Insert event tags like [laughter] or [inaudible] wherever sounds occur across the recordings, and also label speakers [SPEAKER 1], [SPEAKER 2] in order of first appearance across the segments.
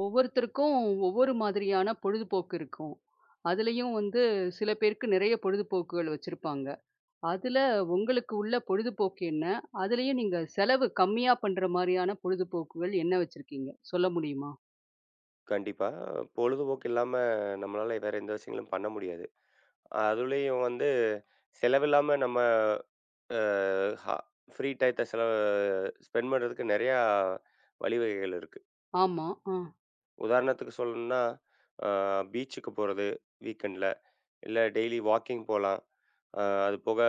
[SPEAKER 1] ஒவ்வொருத்தருக்கும் ஒவ்வொரு மாதிரியான பொழுதுபோக்கு இருக்கும். அதுலயும் வந்து சில பேருக்கு நிறைய பொழுதுபோக்குகள் வச்சிருப்பாங்க. அதுல உங்களுக்கு உள்ள பொழுதுபோக்கு என்ன? அதுலயும் நீங்க செலவு கம்மியா பண்ற மாரியான பொழுதுபோக்குகள் என்ன வச்சிருக்கீங்க? சொல்ல முடியுமா?
[SPEAKER 2] கண்டிப்பா. பொழுதுபோக்கு இல்லாம நம்மளால வேற எந்த விஷயங்களும் பண்ண முடியாது. அதுலயும் வந்து செலவில்லாம நம்ம அ ஹ ஃப்ரீ டயத்த செலவு ஸ்பெண்ட் பண்றதுக்கு நெறையா வழிவகைகள் இருக்கு.
[SPEAKER 1] ஆமா. ஆ.
[SPEAKER 2] உதாரணத்துக்கு சொல்லணும்னா, அ பீச்சுக்கு போறது வீக்கெண்ட்ல. இல்ல டெய்லி வாக்கிங் போலாம். அ அது போக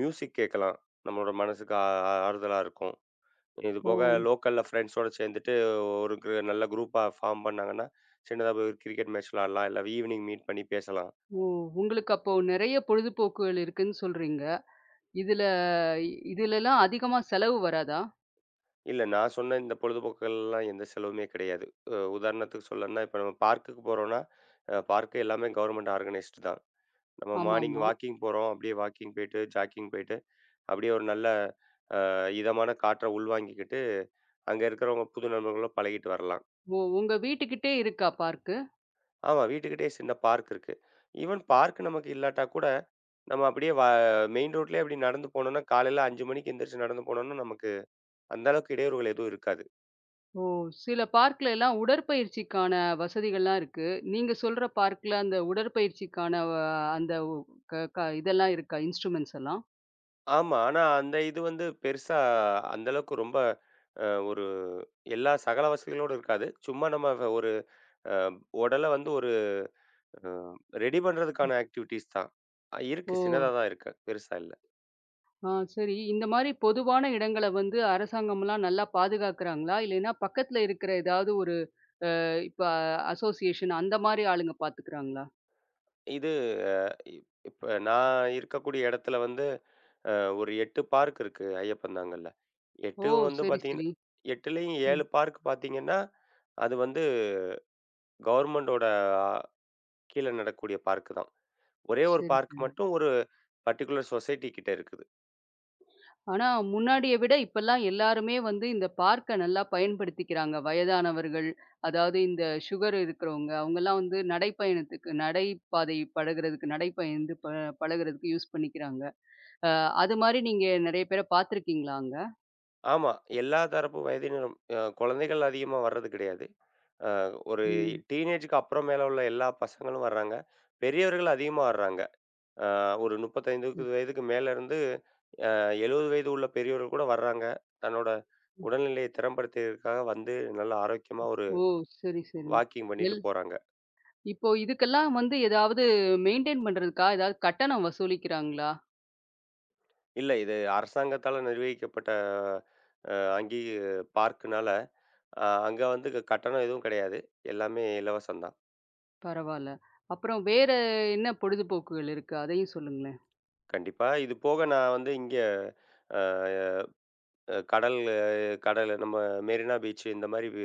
[SPEAKER 2] மியூசிக் கேட்கலாம். நம்மளோட மனசுக்கு ஆறுதலா இருக்கும். இது
[SPEAKER 1] ஓ!
[SPEAKER 2] போக லோக்கல்ல ஃப்ரெண்ட்ஸோட சேர்ந்துட்டு ஒரு கிரு நல்ல குரூப்பா ஃபார்ம் பண்ணாங்கன்னா, சின்னதா போய் ஒரு கிரிக்கெட் மேட்ச் விளையாடலாம். இல்ல ஈவினிங் மீட் பண்ணி பேசலாம்.
[SPEAKER 1] ஓ! உங்களுக்கு அப்போ நெறைய பொழுதுபோக்குகள் இருக்குன்னு சொல்றீங்க. இதுல இதுலலாம் அதிகமா செலவு வராதா?
[SPEAKER 2] இல்ல நான் சொன்ன இந்த பொழுதுபோக்குகள்லாம் எந்த செலவுமே கிடையாது. உதாரணத்துக்கு சொல்லணும்னா, இப்ப நம்ம பார்க்குக்கு போறோம்னா, பார்க் எல்லாமே கவர்மெண்ட் ஆர்கனைஸ்டு தான். நம்ம மார்னிங்
[SPEAKER 1] ஆமாமா.
[SPEAKER 2] வாக்கிங் போறோம். அப்படியே வாக்கிங் போயிட்டு, ஜாக்கிங் போயிட்டு, அப்படியே ஒரு நல்ல இதமான காற்ற உள்வாங்கிக்கிட்டு, அங்க இருக்கிறவங்க புது நண்பர்களோட பழகிட்டு வரலாம்.
[SPEAKER 1] ஓ! உங்க வீட்டுக்கிட்டே இருக்கா பார்க்கு?
[SPEAKER 2] ஆமா, வீட்டுக்கிட்டயே சின்ன பார்க் இருக்கு. ஈவன் பார்க் நமக்கு இல்லாட்டா கூட நம்ம அப்படியே மெயின் ரோட்லயே அப்படி நடந்து போனோம்னா, காலையில 5 மணிக்கு எந்திரிச்சு நடந்து போனோம்னா, நமக்கு அந்த அளவுக்கு இடையூறுகள் எதுவும் இருக்காது.
[SPEAKER 1] ஓ! சில பார்க்ல எல்லாம் உடற்பயிற்சிக்கான வசதிகள்லாம் இருக்கு. நீங்க சொல்ற பார்க்ல அந்த உடற்பயிற்சிக்கான அந்த உ க க இதெல்லாம் இருக்கா? இன்ஸ்ட்ருமெண்ட்ஸ் எல்லாம்?
[SPEAKER 2] ஆமா. ஆனா அந்த இது வந்து பெருசா அந்த அளவுக்கு ரொம்ப அ ஒரு எல்லா சகல வசதிகளோடும் இருக்காது. சும்மா நம்ம ஒரு அ உடல வந்து ஒரு அ ரெடி பண்றதுக்கான ஆக்டிவிட்டீஸ் தான்.
[SPEAKER 1] ஓ!
[SPEAKER 2] இருக்கு. சின்னதா தான் இருக்கு. பெருசா இல்ல.
[SPEAKER 1] ஆ சரி. இந்த மாரி பொதுவான இடங்கள வந்து அரசாங்கம்லாம் நல்லா பாதுகாக்கிறாங்களா? இல்லைன்னா பக்கத்துல இருக்கிற ஏதாவது ஒரு இப்ப அசோசியேஷன் அந்த மாரி ஆளுங்க பார்த்துக்கிறாங்களா?
[SPEAKER 2] இது அ இப்ப நான் இருக்கக்கூடிய இடத்துல வந்து அ ஒரு 8 பார்க் இருக்கு. ஐயப்பன்தாங்கல்ல.
[SPEAKER 1] ஓ!
[SPEAKER 2] 8ம் வந்து
[SPEAKER 1] சரி,
[SPEAKER 2] பார்த்தீங்கன்னா
[SPEAKER 1] சரி.
[SPEAKER 2] 8லயும் 7
[SPEAKER 1] ம்.
[SPEAKER 2] பார்க் பார்த்தீங்கன்னா அது வந்து கவர்மெண்டோட கீழ நடக்கக்கூடிய பார்க் தான். ஒரே ஒரு
[SPEAKER 1] சரி,
[SPEAKER 2] பார்க்
[SPEAKER 1] சரி.
[SPEAKER 2] மட்டும் ஒரு பர்ட்டிகுலர் சொசைட்டி கிட்ட இருக்குது.
[SPEAKER 1] ஆனா, முன்னாடிய விட இப்பல்லாம் எல்லாருமே வந்து இந்த பார்க்க நல்லா பயன்படுத்திக்கிறாங்க. வயதானவர்கள், அதாவது இந்த சுகர் இருக்கிறவங்க, அவங்கலாம் வந்து நடைப்பயணத்துக்கு நடைபாதை பழகுறதுக்கு, நடைபயந்து பழகுறதுக்கு யூஸ் பண்ணிக்கிறாங்க. அ அது மாரி நீங்க நெறைய பேர பார்த்துருக்கீங்களா அங்க?
[SPEAKER 2] ஆமா. எல்லா தரப்பு வயதினரும் குழந்தைகள் அதிகமா வர்றது கிடையாது. அ ஒரு
[SPEAKER 1] ம்.
[SPEAKER 2] டீனேஜ்க்கு அப்புறம் மேல உள்ள எல்லா பசங்களும் வர்றாங்க. பெரியவர்கள் அதிகமா வர்றாங்க. அ ஒரு
[SPEAKER 1] ம்.
[SPEAKER 2] 35 வயதுக்கு மேல இருந்து 70 வயது உள்ள பெரியவர்கள் கூட வர்றாங்க. தன்னோட
[SPEAKER 1] ம்.
[SPEAKER 2] உடல்நிலையை திறம்படுத்தியதற்காக வந்து நல்ல ஆரோக்கியமா ஒரு
[SPEAKER 1] ஓ! சரி, சரி.
[SPEAKER 2] வாக்கிங் பண்ணிட்டு
[SPEAKER 1] எல்
[SPEAKER 2] போறாங்க.
[SPEAKER 1] இப்போ இதுக்கெல்லாம் வந்து ஏதாவது மெயின்டெயின் பண்றதுக்கா, ஏதாவது கட்டணம் வசூலிக்கிறாங்களா?
[SPEAKER 2] இல்ல. இது அரசாங்கத்தால நிர்வகிக்கப்பட்ட அ அங்கீ பார்க்குனால, அங்க வந்து கட்டணம் எதுவும் கிடையாது. எல்லாமே இலவசம் தான்.
[SPEAKER 1] பரவால்ல. அப்புறம் வேற என்ன பொழுதுபோக்குகள் இருக்கு? அதையும் சொல்லுங்களேன்.
[SPEAKER 2] கண்டிப்பா. இது போக நான் வந்து இங்க அ அ கடல் கடல் நம்ம மெரினா பீச் இந்த மாரி வி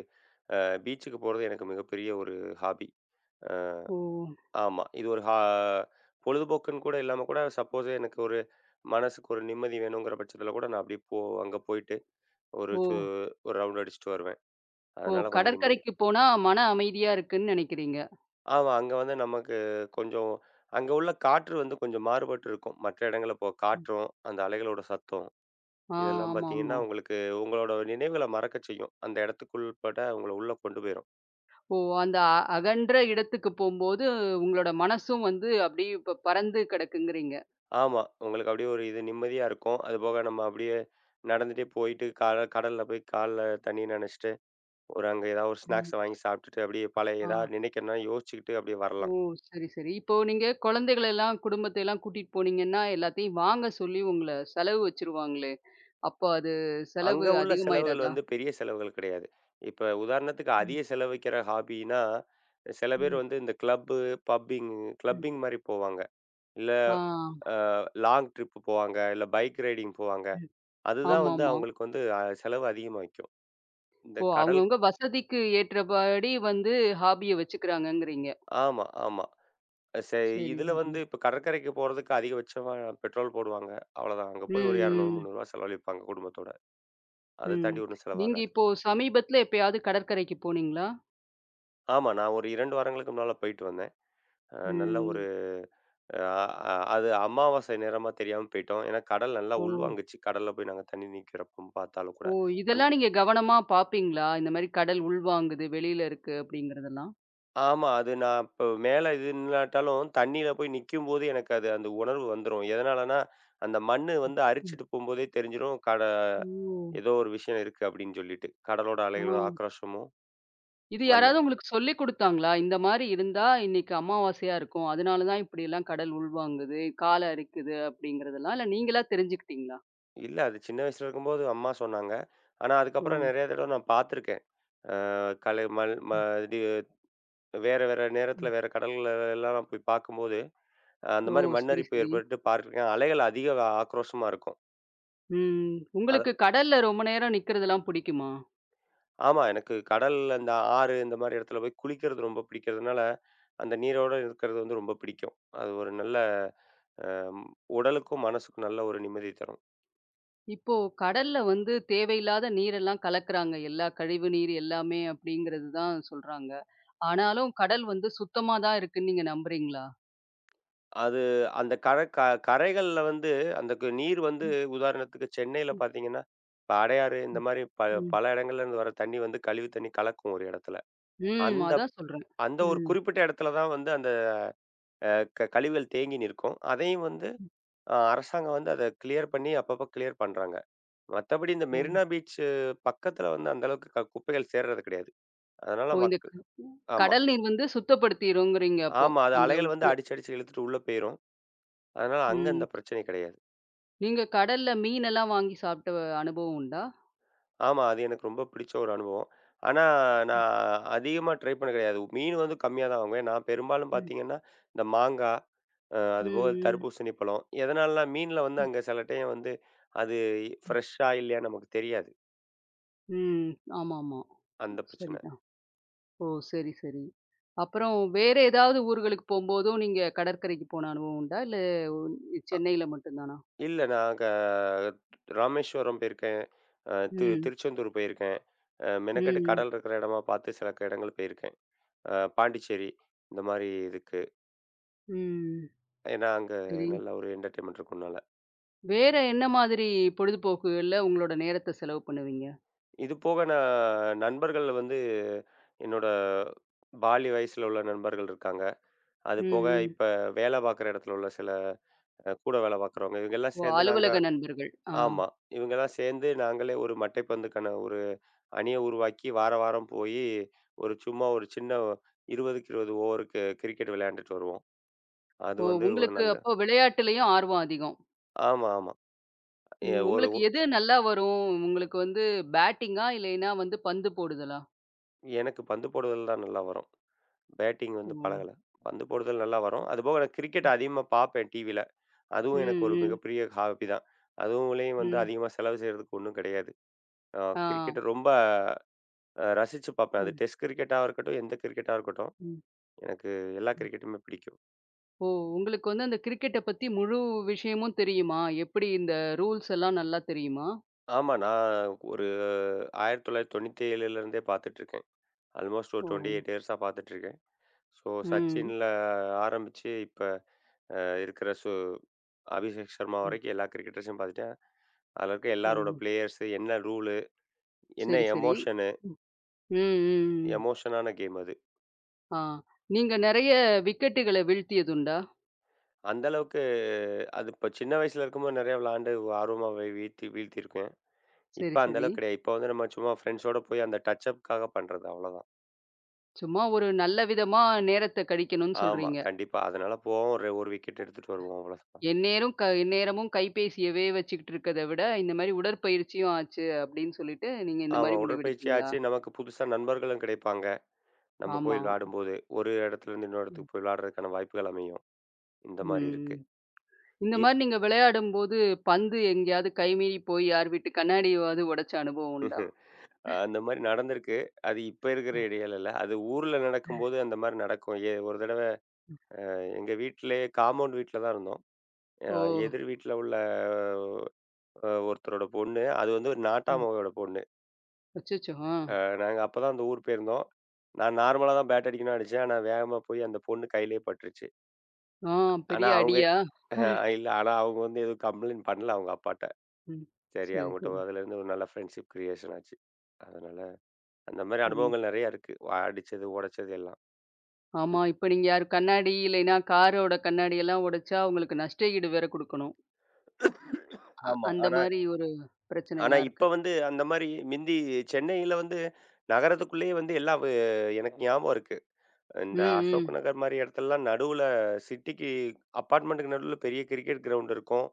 [SPEAKER 2] அ பீச்சுக்கு போறது எனக்கு மிகப்பெரிய ஒரு ஹாபி. அ
[SPEAKER 1] ஓ!
[SPEAKER 2] ஆமா. இது ஒரு பொழுதுபோக்குன்னு கூட இல்லாம கூட சப்போஸ் எனக்கு ஒரு மனசுக்கு ஒரு நிம்மதி வேணுங்கிற பட்சத்தில கூட நான் அப்படியே அங்க போயிட்டு ஒரு
[SPEAKER 1] ஓ!
[SPEAKER 2] சு ஒரு ரவுண்ட் அடிச்சுட்டு வருவேன்.
[SPEAKER 1] ஓ!
[SPEAKER 2] அதனால கொஞ்சம் நிம்மதி.
[SPEAKER 1] கடற்கரைக்கு போனா மன அமைதியா இருக்குன்னு நெனைக்கிறீங்க.
[SPEAKER 2] ஆமா. அங்க வந்து நமக்கு கொஞ்சம் அங்க உள்ள காற்று வந்து கொஞ்சம் மாறுபட்டு இருக்கும். மற்ற இடங்கள்ல இப்போ
[SPEAKER 1] ம்.
[SPEAKER 2] காற்றும், அந்த அலைகளோட சத்தம்
[SPEAKER 1] ஆ
[SPEAKER 2] இதெல்லாம் பார்த்தீங்கன்னா,
[SPEAKER 1] ஆமாமா.
[SPEAKER 2] உங்களுக்கு உங்களோட நினைவுகள மறக்கச் செய்யும். அந்த இடத்துக்குள்பட உங்கள உள்ள கொண்டு போயிரும்.
[SPEAKER 1] ஓ! அந்த அகன்ற இடத்துக்கு போம்போது உங்களோட மனசும் வந்து அப்படியே இப்ப பறந்து கிடக்குங்கிறீங்க.
[SPEAKER 2] ஆமா. உங்களுக்கு அப்படியே ஒரு இது நிம்மதியா இருக்கும். அதுபோக நம்ம அப்படியே நடந்துட்டே போயிட்டு கடல்ல போய் கால்ல தண்ணி நனைச்சுட்டு, ஒரு அங்க ஏதாவது ஒரு
[SPEAKER 1] ம்.
[SPEAKER 2] ஸ்நாக்ஸ வாங்கி சாப்பிட்டுட்டு, அப்படியே பழைய
[SPEAKER 1] ஆ.
[SPEAKER 2] ஏதாவது நினைக்கணும்னா யோசிச்சுக்கிட்டு அப்படியே
[SPEAKER 1] ஓ!
[SPEAKER 2] வரலாம்.
[SPEAKER 1] சரி, சரி. இப்போ நீங்க குழந்தைகள எல்லாம் குடும்பத்த எல்லாம் கூட்டிட்டு போனீங்கன்னா, எல்லாத்தையும் வாங்க சொல்லி உங்கள செலவு வச்சுருவாங்களே! அப்போ அது
[SPEAKER 2] அங்க
[SPEAKER 1] செலவு
[SPEAKER 2] உள்ள செலவுகள்
[SPEAKER 1] அதிகமாயிராதா?
[SPEAKER 2] வந்து பெரிய செலவுகள் கிடையாது. இப்ப உதாரணத்துக்கு அதிக
[SPEAKER 1] ம்.
[SPEAKER 2] செலவழிக்கிற ஹாபின்னா, சில பேர்
[SPEAKER 1] ம்.
[SPEAKER 2] வந்து இந்த கிளப்பு, பப்பிங்
[SPEAKER 1] ம்.
[SPEAKER 2] கிளப்பிங் மாரி போவாங்க. இல்ல
[SPEAKER 1] ஆ.
[SPEAKER 2] அ லாங் ட்ரிப் போவாங்க. இல்ல பைக் ரைடிங் போவாங்க.
[SPEAKER 1] ம்.
[SPEAKER 2] அதுதான் வந்து
[SPEAKER 1] ஆமாமா.
[SPEAKER 2] அவங்களுக்கு வந்து செலவு அதிகமா வைக்கும். இந்த
[SPEAKER 1] ஓ!
[SPEAKER 2] கடல்.
[SPEAKER 1] அவங்கவங்க வசதிக்கு ஏற்றபடி வந்து ஹாபிய வச்சுக்கிறாங்கங்கிறீங்க.
[SPEAKER 2] ஆமா, ஆமா. செ
[SPEAKER 1] சரி,
[SPEAKER 2] இதுல
[SPEAKER 1] சரி.
[SPEAKER 2] வந்து இப்ப கடற்கரைக்கு போறதுக்கு அதிகபட்சமா பெட்ரோல் போடுவாங்க. அவ்வளோதான். அங்க போய் ஒரு ரூ.
[SPEAKER 1] ம்,
[SPEAKER 2] 200, 300 செலவழிப்பாங்க குடும்பத்தோட.
[SPEAKER 1] ம்,
[SPEAKER 2] அத
[SPEAKER 1] ம்.
[SPEAKER 2] தாண்டி ஒண்ணும்
[SPEAKER 1] நீங்க
[SPEAKER 2] செலவாகாது.
[SPEAKER 1] இப்போ சமீபத்துல எப்பயாவது கடற்கரைக்கு போனீங்களா?
[SPEAKER 2] ஆமா. நான் ஒரு 2 வாரங்களுக்கு முன்னால போயிட்டு வந்தேன். அ நல்ல
[SPEAKER 1] ம்.
[SPEAKER 2] அ அ அது அமாவாசை நேரமா தெரியாம போயிட்டோம். ஏன்னா கடல் நல்லா
[SPEAKER 1] ஓ!
[SPEAKER 2] உள்வாங்குச்சு. கடல்ல போய் நாங்க தண்ணி நிக்கிறப்போ பார்த்தாலும் கூட.
[SPEAKER 1] ஓ!
[SPEAKER 2] அன்
[SPEAKER 1] இதெல்லாம் நீங்க கவனமா பார்ப்பீங்களா? இந்த மாரி கடல் உள்வாங்குது, வெளியில இருக்கு அப்படிங்கிறதெல்லாம்?
[SPEAKER 2] ஆமா. அது நான் இப்போ மேல இது நில்லாட்டாலும் தண்ணீல போய் நிக்கும்போது எனக்கு அது அந்த உணர்வு வந்துரும். எதனாலன்னா, அந்த மண்ணு வந்து
[SPEAKER 1] ம்.
[SPEAKER 2] அரிச்சிட்டு போம்போதே தெரிஞ்சிரும்.
[SPEAKER 1] ஓ!
[SPEAKER 2] ஏதோ ஒரு விஷயம் இருக்கு அப்படின்னு சொல்லிட்டு. கடலோட
[SPEAKER 1] ஆ.
[SPEAKER 2] அலைகளோட ஆக்ரோஷமும்.
[SPEAKER 1] இது யாராவது
[SPEAKER 2] மண்ணரி
[SPEAKER 1] உங்களுக்கு சொல்லிக் குடுத்தாங்களா? இந்த மாரி இருந்தா இன்னைக்கு அமாவாசையா இருக்கும். அதனால தான் இப்படியெல்லாம் கடல் உள்வாங்குது, கால அரிக்குது அப்படிங்கிறதெல்லாம், இல்ல நீங்களா தெரிஞ்சுக்கிட்டீங்களா?
[SPEAKER 2] இல்ல அது சின்ன வயசுல இருக்கும்போது அம்மா சொன்னாங்க. ஆனா
[SPEAKER 1] ஓ!
[SPEAKER 2] அதுக்கப்புறம் நெறைய தடவ நான் பார்த்துருக்கேன். அ கலை மல் ம
[SPEAKER 1] ம்,
[SPEAKER 2] இது வேற வேற
[SPEAKER 1] ம்.
[SPEAKER 2] நேரத்துல வேற கடல்கள எல்லாம் நான் போய் பார்க்கும்போது அந்த
[SPEAKER 1] ஓ!
[SPEAKER 2] மாரி
[SPEAKER 1] சரி,
[SPEAKER 2] மண்ணரிப்பு
[SPEAKER 1] சரி.
[SPEAKER 2] ஏற்பட்டு பார்க்க அலைகள் அதிக ஆக்ரோஷமா இருக்கும்.
[SPEAKER 1] ம்.
[SPEAKER 2] அது
[SPEAKER 1] உங்களுக்கு கடல்ல ரொம்ப நேரம் நிக்கிறதெல்லாம் புடிக்குமா?
[SPEAKER 2] ஆமா. எனக்கு கடல்ல இந்த இந்த மாரி இடத்துல போய் குளிக்கிறது ரொம்ப பிடிக்கிறதுனால, அந்த நீரோட இருக்கிறது வந்து ரொம்ப பிடிக்கும். அது ஒரு நல்ல அம் உடலுக்கும், மனசுக்கும் நல்ல ஒரு நிம்மதி தரும்.
[SPEAKER 1] இப்போ கடல்ல வந்து தேவையில்லாத நீரெல்லாம் கலக்குறாங்க. எல்லா கழிவு நீர் எல்லாமே அப்படிங்கிறது தான் சொல்றாங்க. ஆனாலும் கடல் வந்து சுத்தமா தான் இருக்குன்னு நீங்க நம்புறீங்களா?
[SPEAKER 2] அது அந்த கர க கரைகள்ல வந்து அந்த கு நீர் வந்து
[SPEAKER 1] ம்,
[SPEAKER 2] உதாரணத்துக்கு சென்னையில
[SPEAKER 1] ம்,
[SPEAKER 2] பார்த்தீங்கன்னா, இப்ப அடையாறு இந்த
[SPEAKER 1] ம்,
[SPEAKER 2] மாரி
[SPEAKER 1] ம்.
[SPEAKER 2] பல இடங்கள்ல இருந்து வர தண்ணி வந்து கழிவு தண்ணி கலக்கும் ஒரு இடத்துல.
[SPEAKER 1] ம்.
[SPEAKER 2] அந்த
[SPEAKER 1] அதான் சொல்றேன்.
[SPEAKER 2] அந்த ஒரு
[SPEAKER 1] ம்.
[SPEAKER 2] குறிப்பிட்ட இடத்துல தான் வந்து அந்த அ க கழிவுகள் தேங்கி நிற்கும். அதையும் வந்து அரசாங்கம் வந்து அத கிளியர் பண்ணி அப்பப்ப கிளியர் பண்றாங்க. மத்தபடி இந்த
[SPEAKER 1] ஓ!
[SPEAKER 2] மெரினா பீச் பக்கத்துல வந்து அந்த அளவுக்கு குப்பைகள் சேர்றது கிடையாது. அதனால
[SPEAKER 1] ஓ இந்த
[SPEAKER 2] மக்கு ஆமா,
[SPEAKER 1] கடல் நீர் வந்து சுத்தப்படுத்திருங்கிறீங்க அப்போ.
[SPEAKER 2] ஆமா. அது
[SPEAKER 1] அந்த
[SPEAKER 2] அலைகள் வந்து
[SPEAKER 1] உப்பு.
[SPEAKER 2] அடிச்சு, அடிச்சு இழுத்துட்டு உள்ள போயிரும். அதனால அங்க அந்த
[SPEAKER 1] ம்.
[SPEAKER 2] பிரச்சனை கிடையாது.
[SPEAKER 1] நீங்க கடல்ல மீனெல்லாம் வாங்கி சாப்பிட்ட அனுபவம் உண்டா?
[SPEAKER 2] ஆமா. அது எனக்கு ரொம்ப பிடிச்ச ஒரு அனுபவம். ஆனா
[SPEAKER 1] ம்,
[SPEAKER 2] நான் அதிகமா ட்ரை பண்ணது கிடையாது. மீன் வந்து கம்மியா தான் வாங்குவேன். நான் பெரும்பாலும்
[SPEAKER 1] ம்.
[SPEAKER 2] பார்த்தீங்கன்னா, இந்த மாங்கா,
[SPEAKER 1] ம்,
[SPEAKER 2] அதுபோக
[SPEAKER 1] ம்.
[SPEAKER 2] தர்பூசணி பழம். எதனாலனா மீன்ல வந்து
[SPEAKER 1] ம்.
[SPEAKER 2] அங்க சில டைம் வந்து அது ஃப்ரெஷ்ஷா இல்லையான்னு நமக்கு தெரியாது.
[SPEAKER 1] ம். ஆமாமா.
[SPEAKER 2] அந்த பிரச்சனை.
[SPEAKER 1] சரிதான். ஓ! சரி, சரி. அப்புறம் வேற ஏதாவது ஊர்களுக்கு போம்போதும், நீங்க கடற்கரைக்கு போன அனுபவம் உண்டா? இல்ல ஒ- சென்னையில மட்டும் தானா?
[SPEAKER 2] இல்ல. நாங்க ராமேஸ்வரம் போயிருக்கேன். அ தி
[SPEAKER 1] ம்.
[SPEAKER 2] திருச்செந்தூர் போயிருக்கேன். மெனக்கெட்டு
[SPEAKER 1] ம்.
[SPEAKER 2] கடல் இருக்கிற இடமா பார்த்து சில இடங்கள் போயிருக்கேன். பாண்டிச்சேரி இந்த மாரி இதுக்கு.
[SPEAKER 1] ம்.
[SPEAKER 2] ஏன்னா, அங்க
[SPEAKER 1] சரி.
[SPEAKER 2] நல்ல ஒரு என்டர்டெயின்மென்ட் இருக்கும்னால.
[SPEAKER 1] வேற என்ன மாதிரி பொழுதுபோக்குகள்ல உங்களோட நேரத்த செலவு பண்ணுவீங்க?
[SPEAKER 2] இது போக நான் நண்பர்கள் வந்து என்னோட பால்ய வயசுல உள்ள நண்பர்கள் இருக்காங்க. அது
[SPEAKER 1] ம்,
[SPEAKER 2] போக
[SPEAKER 1] ம்.
[SPEAKER 2] இப்ப வேலை பார்க்குற இடத்துல உள்ள சில கூட வேலை பார்க்குறவங்க இவங்கெல்லாம்
[SPEAKER 1] ஓ!
[SPEAKER 2] சேர்ந்து நாங்க.
[SPEAKER 1] அலுவலக நண்பர்கள். ஆ.
[SPEAKER 2] ஆமா. இவங்கலாம் சேர்ந்து நாங்களே ஒரு மட்டைப்பந்துக்கான ஒரு அணிய உருவாக்கி, வார வாரம் போயி, ஒரு சும்மா ஒரு சின்ன 20க்கு 20 ஓவருக்கு கிரிக்கெட் விளையாண்டுட்டு வருவோம். அது
[SPEAKER 1] ஓ!
[SPEAKER 2] வந்து ஒரு
[SPEAKER 1] உங்களுக்கு
[SPEAKER 2] நல்ல.
[SPEAKER 1] அப்போ விளையாட்டுலயும் ஆர்வம் அதிகம்.
[SPEAKER 2] ஆமா, ஆமா. எ
[SPEAKER 1] ம்.
[SPEAKER 2] ஒரு
[SPEAKER 1] உங்களுக்கு
[SPEAKER 2] ஒ
[SPEAKER 1] எது நல்லா வரும்? உங்களுக்கு வந்து பேட்டிங்கா? இல்லைன்னா வந்து பந்து போடுதலா?
[SPEAKER 2] எனக்கு பந்து போடுதல் தான் நல்லா வரும். பேட்டிங்
[SPEAKER 1] ஓ!
[SPEAKER 2] வந்து பழகல. பந்து போடுதல் நல்லா வரும். அதுபோக நான் கிரிக்கெட் அதிகமா பார்ப்பேன் டிவில. அதுவும் எனக்கு
[SPEAKER 1] ம்,
[SPEAKER 2] ஒரு
[SPEAKER 1] ம்,
[SPEAKER 2] மிகப்பெரிய ஹாபி தான். அதுவுலயும் வந்து
[SPEAKER 1] ம்.
[SPEAKER 2] அதிகமா செலவு செய்றதுக்கு ஒண்ணும் கிடையாது.
[SPEAKER 1] ஆ.
[SPEAKER 2] கிரிக்கெட்ட ரொம்ப ரசிச்சு பார்ப்பேன். அது
[SPEAKER 1] ம்,
[SPEAKER 2] டெஸ்ட் கிரிக்கெட்டா இருக்கட்டும், எந்த கிரிக்கெட்டா இருக்கட்டும்.
[SPEAKER 1] ம்.
[SPEAKER 2] எனக்கு எல்லா கிரிக்கெட்டுமே பிடிக்கும்.
[SPEAKER 1] ஓ! உங்களுக்கு வந்து அந்த கிரிக்கெட்ட பத்தி முழு விஷயமும் தெரியுமா? எப்படி இந்த ரூல்ஸ் எல்லாம் நல்லா தெரியுமா?
[SPEAKER 2] ஆமா, நான் ஒரு 1997ல இருந்தே பார்த்துட்டு இருக்கேன். ஆல்மோஸ்ட் ஒரு
[SPEAKER 1] ஓ!
[SPEAKER 2] 28 இயர்ஸா பார்த்துட்டு இருக்கேன். ஸோ
[SPEAKER 1] ம்.
[SPEAKER 2] சச்சின்ல ஆரம்பிச்சு இப்ப அ இருக்கிற அபிஷேக் சர்மா
[SPEAKER 1] ம்.
[SPEAKER 2] வரைக்கும் எல்லா கிரிக்கெட்டர்ஸையும் பார்த்துட்டேன். அதுல இருக்க
[SPEAKER 1] ஓ!
[SPEAKER 2] எல்லாரோட பிளேயர்ஸு, என்ன ரூலு, என்ன
[SPEAKER 1] சரி, சரி.
[SPEAKER 2] எமோஷனு,
[SPEAKER 1] ம். ம், ம், ம்.
[SPEAKER 2] எமோஷனான கேம் அது.
[SPEAKER 1] ஆ. நீங்க நெறைய விக்கெட்டுகள வீழ்த்தியதுண்டா?
[SPEAKER 2] அந்த அளவுக்கு அது இப்ப சின்ன வயசுல இருக்கும்போது நெறைய விளையாண்டு ஆர்வமா வீழ்த்தி வீழ்த்தியிருக்கேன்.
[SPEAKER 1] சரி,
[SPEAKER 2] இப்ப அந்த
[SPEAKER 1] சரி.
[SPEAKER 2] அளவுக்கு கிடையாது. இப்ப வந்து நம்ம சும்மா ஃப்ரெண்ட்ஸோட போய் அந்த டச் அப்க்காக பண்றது அவ்வளோதான்.
[SPEAKER 1] சும்மா ஒரு நல்ல விதமா நேரத்த கழிக்கணும்னு
[SPEAKER 2] ஆமா.
[SPEAKER 1] சொல்றீங்க.
[SPEAKER 2] கண்டிப்பா. அதனால போவோம். ஒரு ஒரு விக்கெட் எடுத்துட்டு வருவோம். அவ்வளோதான்.
[SPEAKER 1] எந்நேரம் க எந்நேரமும் கைபேசியவே வச்சுக்கிட்டு இருக்கத விட, இந்த மாரி உடற்பயிற்சியும் ஆச்சு அப்படின்னு சொல்லிட்டு, நீங்க இந்த
[SPEAKER 2] ஆமா.
[SPEAKER 1] மாரி
[SPEAKER 2] உடற்பயிற்சி
[SPEAKER 1] முடிவெடுத்தீங்களா?
[SPEAKER 2] ஆச்சு. நமக்கு புதுசா நண்பர்களும் கிடைப்பாங்க. நம்ம போய்
[SPEAKER 1] ஆமா.
[SPEAKER 2] விளையாடும்போது, ஒரு இடத்துலேருந்து இன்னொரு
[SPEAKER 1] ம்.
[SPEAKER 2] இடத்துக்கு போய் விளையாடுறதுக்கான வாய்ப்புகள் அமையும். இந்த மாரி
[SPEAKER 1] ம்.
[SPEAKER 2] இருக்கு.
[SPEAKER 1] இந்த
[SPEAKER 2] இ
[SPEAKER 1] மாரி நீங்க விளையாடும்போது, பந்து எங்கேயாவது கை மீறி போய் யார் வீட்டு கண்ணாடியவாவது உடைச்ச அனுபவம் உண்டா?
[SPEAKER 2] [laughs] அந்த மாரி நடந்திருக்கு. அது இப்ப இருக்கிற இடையில இல்ல. அது ஊர்ல நடக்கும்போது அந்த மாரி நடக்கும். ஒரு தடவ எங்க வீட்லயே காம்பவுண்ட் வீட்ல தான் இருந்தோம். அ
[SPEAKER 1] ஓ!
[SPEAKER 2] எதிர் வீட்ல உள்ள ஒருத்தரோட பொண்ணு, அது வந்து ஒரு
[SPEAKER 1] ம்.
[SPEAKER 2] நாட்டாமாவோட பொண்ணு.
[SPEAKER 1] அச்சச்சோ! ஆ.
[SPEAKER 2] அ நாங்க அப்பதான் அந்த ஊர் போயிருந்தோம். நான் நார்மலா தான் பேட் அடிக்கணும்னு அடிச்சேன். ஆனா வேகமா போய் அந்த பொண்ணு கையிலேயே பட்டுருச்சு.
[SPEAKER 1] ஆ
[SPEAKER 2] ஆனா
[SPEAKER 1] பெரிய
[SPEAKER 2] அவங்க
[SPEAKER 1] அடியா?
[SPEAKER 2] இல்ல ஆனா அவங்க வந்து எதுவும் கம்ப்ளைண்ட் பண்ணல அவங்க அப்பாட்ட.
[SPEAKER 1] ம்.
[SPEAKER 2] சரி
[SPEAKER 1] சரி, சரி,
[SPEAKER 2] அவங்கட்ட அதுலேருந்து ஒரு நல்ல ஃப்ரெண்ட்ஷிப் கிரியேஷன் ஆச்சு. அதனால அந்த மாரி
[SPEAKER 1] சரி.
[SPEAKER 2] அனுபவங்கள் நெறையா இருக்கு. அடிச்சது, உடைச்சது எல்லாம்.
[SPEAKER 1] ஆமா,
[SPEAKER 2] இப்
[SPEAKER 1] இப்ப நீங்க யார் கண்ணாடி இல்லைன்னா, காரோட கண்ணாடியெல்லாம் உடைச்சா, உங்களுக்கு நஷ்ட ஈடு வேற குடுக்கணும்.
[SPEAKER 2] ஆமா.
[SPEAKER 1] அந்த
[SPEAKER 2] ஆனா
[SPEAKER 1] மாரி ஒரு
[SPEAKER 2] ஆனா
[SPEAKER 1] பிரச்சனைலாம் இருக்கு.
[SPEAKER 2] இப்ப வந்து அந்த மாரி சென்னையில வந்து நகரத்துக்குள்ளேயே வந்து எல்லாம் எனக்கு ஞாபகம் இருக்கு.
[SPEAKER 1] ம்,
[SPEAKER 2] இந்த அசோக்
[SPEAKER 1] ம்.
[SPEAKER 2] நகர் மாரி இடத்துலலாம் நடுவுல சிட்டிக்கு அப்பார்ட்மெண்ட்டுக்கு நடுவுல பெரிய கிரிக்கெட் கிரவுண்ட் இருக்கும்.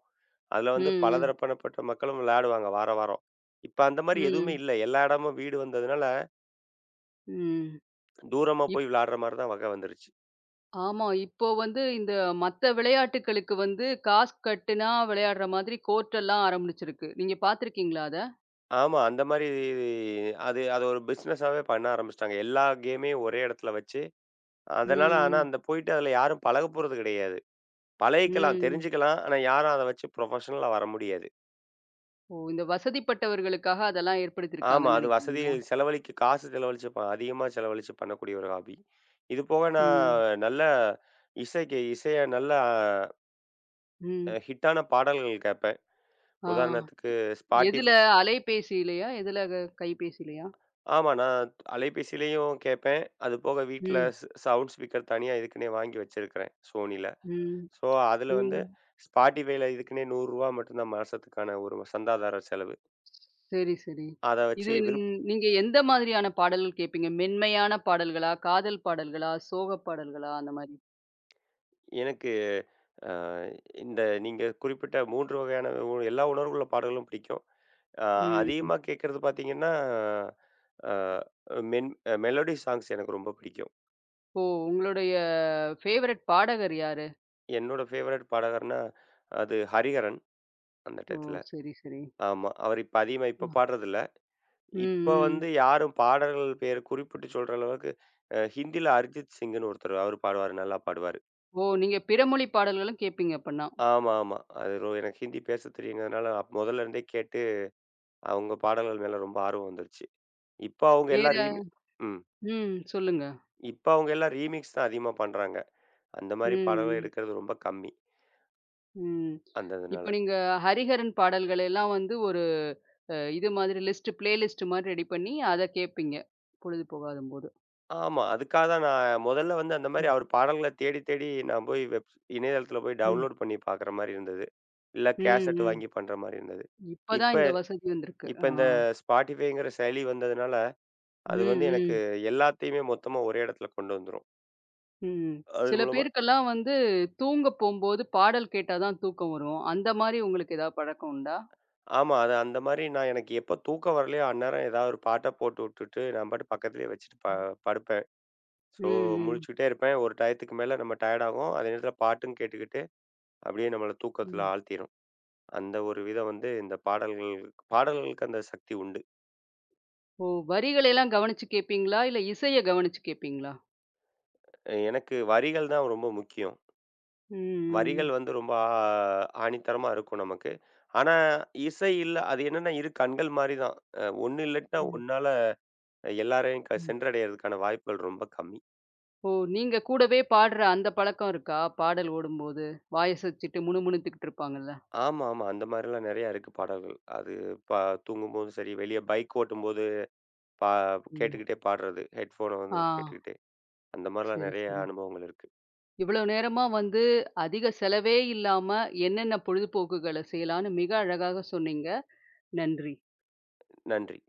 [SPEAKER 2] அதுல வந்து
[SPEAKER 1] ம்,
[SPEAKER 2] பலதரப்பனப்பட்ட மக்களும் விளையாடுவாங்க வாரம், வாரம். இப்ப அந்த மாரி எதுவுமே
[SPEAKER 1] ம்.
[SPEAKER 2] இல்ல. எல்லா இடமும் வீடு வந்ததுனால,
[SPEAKER 1] ம்,
[SPEAKER 2] தூரமா
[SPEAKER 1] ம்.
[SPEAKER 2] போய் விளையாடுற மாரி தான் வகை வந்துருச்சு.
[SPEAKER 1] ஆமா. இப்போ வந்து இந்த மத்த விளையாட்டுக்களுக்கு வந்து காசு கட்டுனா விளையாடுற மாதிரி கோர்ட் எல்லாம் ஆரம்பிச்சிருக்கு. நீங்க பார்த்துருக்கீங்களா அத?
[SPEAKER 2] ஆமா. அந்த மாரி அது அது ஒரு பிசினஸாவே பண்ண ஆரம்பிச்சுட்டாங்க. எல்லா கேமையும் ஒரே இடத்துல வச்சு, அதனால ஆனா
[SPEAKER 1] ம்.
[SPEAKER 2] அந்த போயிட்டு அதுல யாரும் பழகப் போறது கிடையாது. பழகிக்கலாம்,
[SPEAKER 1] ம்.
[SPEAKER 2] தெரிஞ்சுக்கலாம். ஆனா யாரும் அத வச்சு ப்ரொஃபஷனலா வர முடியாது.
[SPEAKER 1] ஓ! இந்த வசதிப்பட்டவர்களுக்காக அதெல்லாம்
[SPEAKER 2] ஆமா.
[SPEAKER 1] ஏற்படுத்தியிருக்காங்கன்னு
[SPEAKER 2] அது
[SPEAKER 1] நினைக்கிறீங்களா?
[SPEAKER 2] செலவழிக்க காசு செலவழிச்சு அதிகமா செலவழிச்சு பண்ணக்கூடிய ஒரு ஹாபி. இது போக
[SPEAKER 1] ம்.
[SPEAKER 2] நான் நல்ல இசைய நல்ல
[SPEAKER 1] ம்.
[SPEAKER 2] ஹிட்டான பாடல்கள் கேட்பேன்.
[SPEAKER 1] ஆ.
[SPEAKER 2] உதாரணத்துக்கு Spotif
[SPEAKER 1] எதுல? அலைபேசியிலயா? எதுல க கைபேசியிலயா?
[SPEAKER 2] ஆமா. நான் அலைபேசியிலயும் கேட்பேன். அது போக வீட்ல
[SPEAKER 1] ம்.
[SPEAKER 2] சவுண்ட் ஸ்பீக்கர் தனியா இதுக்குன்னே வாங்கி வச்சிருக்கிறேன் Sonyல.
[SPEAKER 1] ம்.
[SPEAKER 2] ஸோ அதுல
[SPEAKER 1] ம்.
[SPEAKER 2] வந்து Spotifyல இதுக்குன்னே ₹100 மட்டும் தான் மாசத்துக்கான ஒரு சந்தாதார செலவு.
[SPEAKER 1] சரி, சரி.
[SPEAKER 2] அத வச்சு
[SPEAKER 1] இது
[SPEAKER 2] விருப்ப
[SPEAKER 1] நீங்க எந்த மாதிரியான பாடல் கேட்பீங்க? மென்மையான பாடல்களா? காதல் பாடல்களா? சோக பாடல்களா? அந்த மாரி.
[SPEAKER 2] எனக்கு அ இந்த நீங்க குறிப்பிட்ட 3 வகையான எல்லா உணர்வுள்ள பாடல்களும் பிடிக்கும். அ
[SPEAKER 1] ம்.
[SPEAKER 2] அதிகமா கேட்கறது பார்த்தீங்கன்னா, அ மென் மெலோடி சாங்ஸ் எனக்கு ரொம்ப பிடிக்கும்.
[SPEAKER 1] ஓ! உங்களுடைய ஃபேவரட் பாடகர் யாரு?
[SPEAKER 2] என்னோட ஃபேவரட் பாடகர்னா, அது ஹரிஹரன் அந்த
[SPEAKER 1] ஓ!
[SPEAKER 2] டயத்துல.
[SPEAKER 1] சரி, சரி.
[SPEAKER 2] ஆமா. அவர் இப்ப அதிகமா இப்ப
[SPEAKER 1] ம்,
[SPEAKER 2] பாடுறதில்ல. இப்ப வந்து
[SPEAKER 1] ம்.
[SPEAKER 2] யாரும் பாடல்கள் பேர் குறிப்பிட்டு சொல்ற அளவுக்கு ஹிந்தில அரிஜித் சிங்ன்னு ஒருத்தர் அவரு பாடுவாரு, நல்லா பாடுவாரு.
[SPEAKER 1] ஓ! நீங்க பிற மொழி பாடல்களும் கேட்பீங்க அப்பன்னா.
[SPEAKER 2] ஆமா, ஆமா. அது எனக்கு ஹிந்தி பேச தெரியுங்கிறதுனால முதல்ல இருந்தே அவங்க பாடல்கள் மேல ரொம்ப ஆர்வம் வந்துருச்சு. இப்ப அவங்க எல்லாம் ரீமி
[SPEAKER 1] வேற
[SPEAKER 2] ம்.
[SPEAKER 1] ம். சொல்லுங்க.
[SPEAKER 2] இப்ப அவங்க எல்லாம் ரீமிக்ஸ் தான் அதிகமா பண்றாங்க. அந்த மாரி பாடல்கள்
[SPEAKER 1] ம்,
[SPEAKER 2] எடுக்கிறது ரொம்ப கம்மி.
[SPEAKER 1] ம், ம்.
[SPEAKER 2] அந்த இதுனால.
[SPEAKER 1] இப்ப நீங்க ஹரிஹரன் பாடல்கள் எல்லாம் வந்து ஒரு இது மாதிரி லிஸ்ட் பிளேலிஸ்ட் மாரி ரெடி பண்ணி அத கேட்பீங்க. பொழுது போகாதம்போது.
[SPEAKER 2] ஆமா. அதுக்காக தான் நான் முதல்ல வந்து அந்த மாரி
[SPEAKER 1] ம்,
[SPEAKER 2] அவர் பாடல்கள தேடி, தேடி நான் போய் இணையதளத்துல போய்
[SPEAKER 1] ம்,
[SPEAKER 2] டவுன்லோட் பண்ணி பார்க்குற மாரி இருந்தது. இல்ல
[SPEAKER 1] ம்,
[SPEAKER 2] கேசெட்
[SPEAKER 1] ம்.
[SPEAKER 2] வாங்கி பண்ற மாரி இருந்தது.
[SPEAKER 1] இப்ப
[SPEAKER 2] இப்ப
[SPEAKER 1] தான் இந்த வசதி வந்திருக்கு.
[SPEAKER 2] இப்ப
[SPEAKER 1] ஆ.
[SPEAKER 2] இந்த Spotifyங்கிற செயலி வந்ததுனால,
[SPEAKER 1] ம்,
[SPEAKER 2] அது வந்து எனக்கு
[SPEAKER 1] ம்.
[SPEAKER 2] எல்லாத்தையுமே மொத்தமா ஒரே இடத்துல கொண்டு வந்துரும்.
[SPEAKER 1] ம்.
[SPEAKER 2] அது
[SPEAKER 1] சில
[SPEAKER 2] மூலமா.
[SPEAKER 1] பேருக்கெல்லாம் வந்து தூங்க போம்போது பாடல் கேட்டா தான் தூக்கம் வரும். அந்த மாரி உங்களுக்கு ஏதாவது பழக்கம் உண்டா?
[SPEAKER 2] ஆமா. அது அந்த மாரி நான் எனக்கு எப்போ தூக்கம் வரலையோ, அந்நேரம் ஏதாவது ஒரு பாட்ட போட்டு உட்டுட்டு, நான் பாட்டுக்கு பக்கத்துலயே வச்சுட்டு படுப்பேன்.
[SPEAKER 1] ம்,
[SPEAKER 2] ஸோ
[SPEAKER 1] ம்,
[SPEAKER 2] முழிச்சுக்கிட்டே இருப்பேன். ஒரு டயத்துக்கு மேல நம்ம டயர்ட் ஆகும். அதே நேரத்தில பாட்டும் கேட்டுக்கிட்டு, அப்படியே நம்மள தூக்கத்தில
[SPEAKER 1] ம்.
[SPEAKER 2] ஆழ்த்திரும். அந்த ஒரு விதம் வந்து இந்த பாடல்கள் பாடல்களுக்கு அந்த சக்தி உண்டு.
[SPEAKER 1] ஓ! வரிகளெல்லாம் கவனிச்சு கேட்பீங்களா? இல்ல இசைய கவனிச்சு கேட்பீங்களா?
[SPEAKER 2] எனக்கு வரிகள் தான் ரொம்ப முக்கியம்.
[SPEAKER 1] ம்,
[SPEAKER 2] வரிகள்
[SPEAKER 1] ம்,
[SPEAKER 2] வந்து ரொம்ப ஆணித்தரமா இருக்கும் நமக்கு. ஆனா, இசை இல்ல அது என்னன்னா இரு கண்கள் மாரி தான். ஒண்ணு இல்லாட்டினா
[SPEAKER 1] ம்,
[SPEAKER 2] ஒண்ணால எல்லாரையும்
[SPEAKER 1] ம்.
[SPEAKER 2] சென்றடையறதுக்கான வாய்ப்புகள் ரொம்ப கம்மி.
[SPEAKER 1] ஓ! நீங்க கூடவே பாடுற அந்த பழக்கம் இருக்கா? பாடல் ஓடும்போது, வாயசச்சுட்டு முணுமுணுத்துக்கிட்டு இருப்பாங்கல்ல.
[SPEAKER 2] ஆமா, ஆமா. அந்த மாரிலாம் நெறையா இருக்கு பாடல்கள். அது ப தூங்கும்போதும் சரி, வெளிய பைக் ஓட்டும்போது பா
[SPEAKER 1] ம்.
[SPEAKER 2] கேட்டுக்கிட்டே பாடுறது. ஹெட்ஃபோன வந்து
[SPEAKER 1] ஆ.
[SPEAKER 2] கேட்டுக்கிட்டே. அந்த மாரிலாம்
[SPEAKER 1] சரி,
[SPEAKER 2] நெறைய
[SPEAKER 1] சரி.
[SPEAKER 2] அனுபவங்கள் இருக்கு.
[SPEAKER 1] இவ்வளோ நேரமா வந்து அதிக செலவே இல்லாம என்னென்ன பொழுதுபோக்குகள செய்யலான்னு மிக அழகாக சொன்னீங்க. நன்றி.
[SPEAKER 2] நன்றி.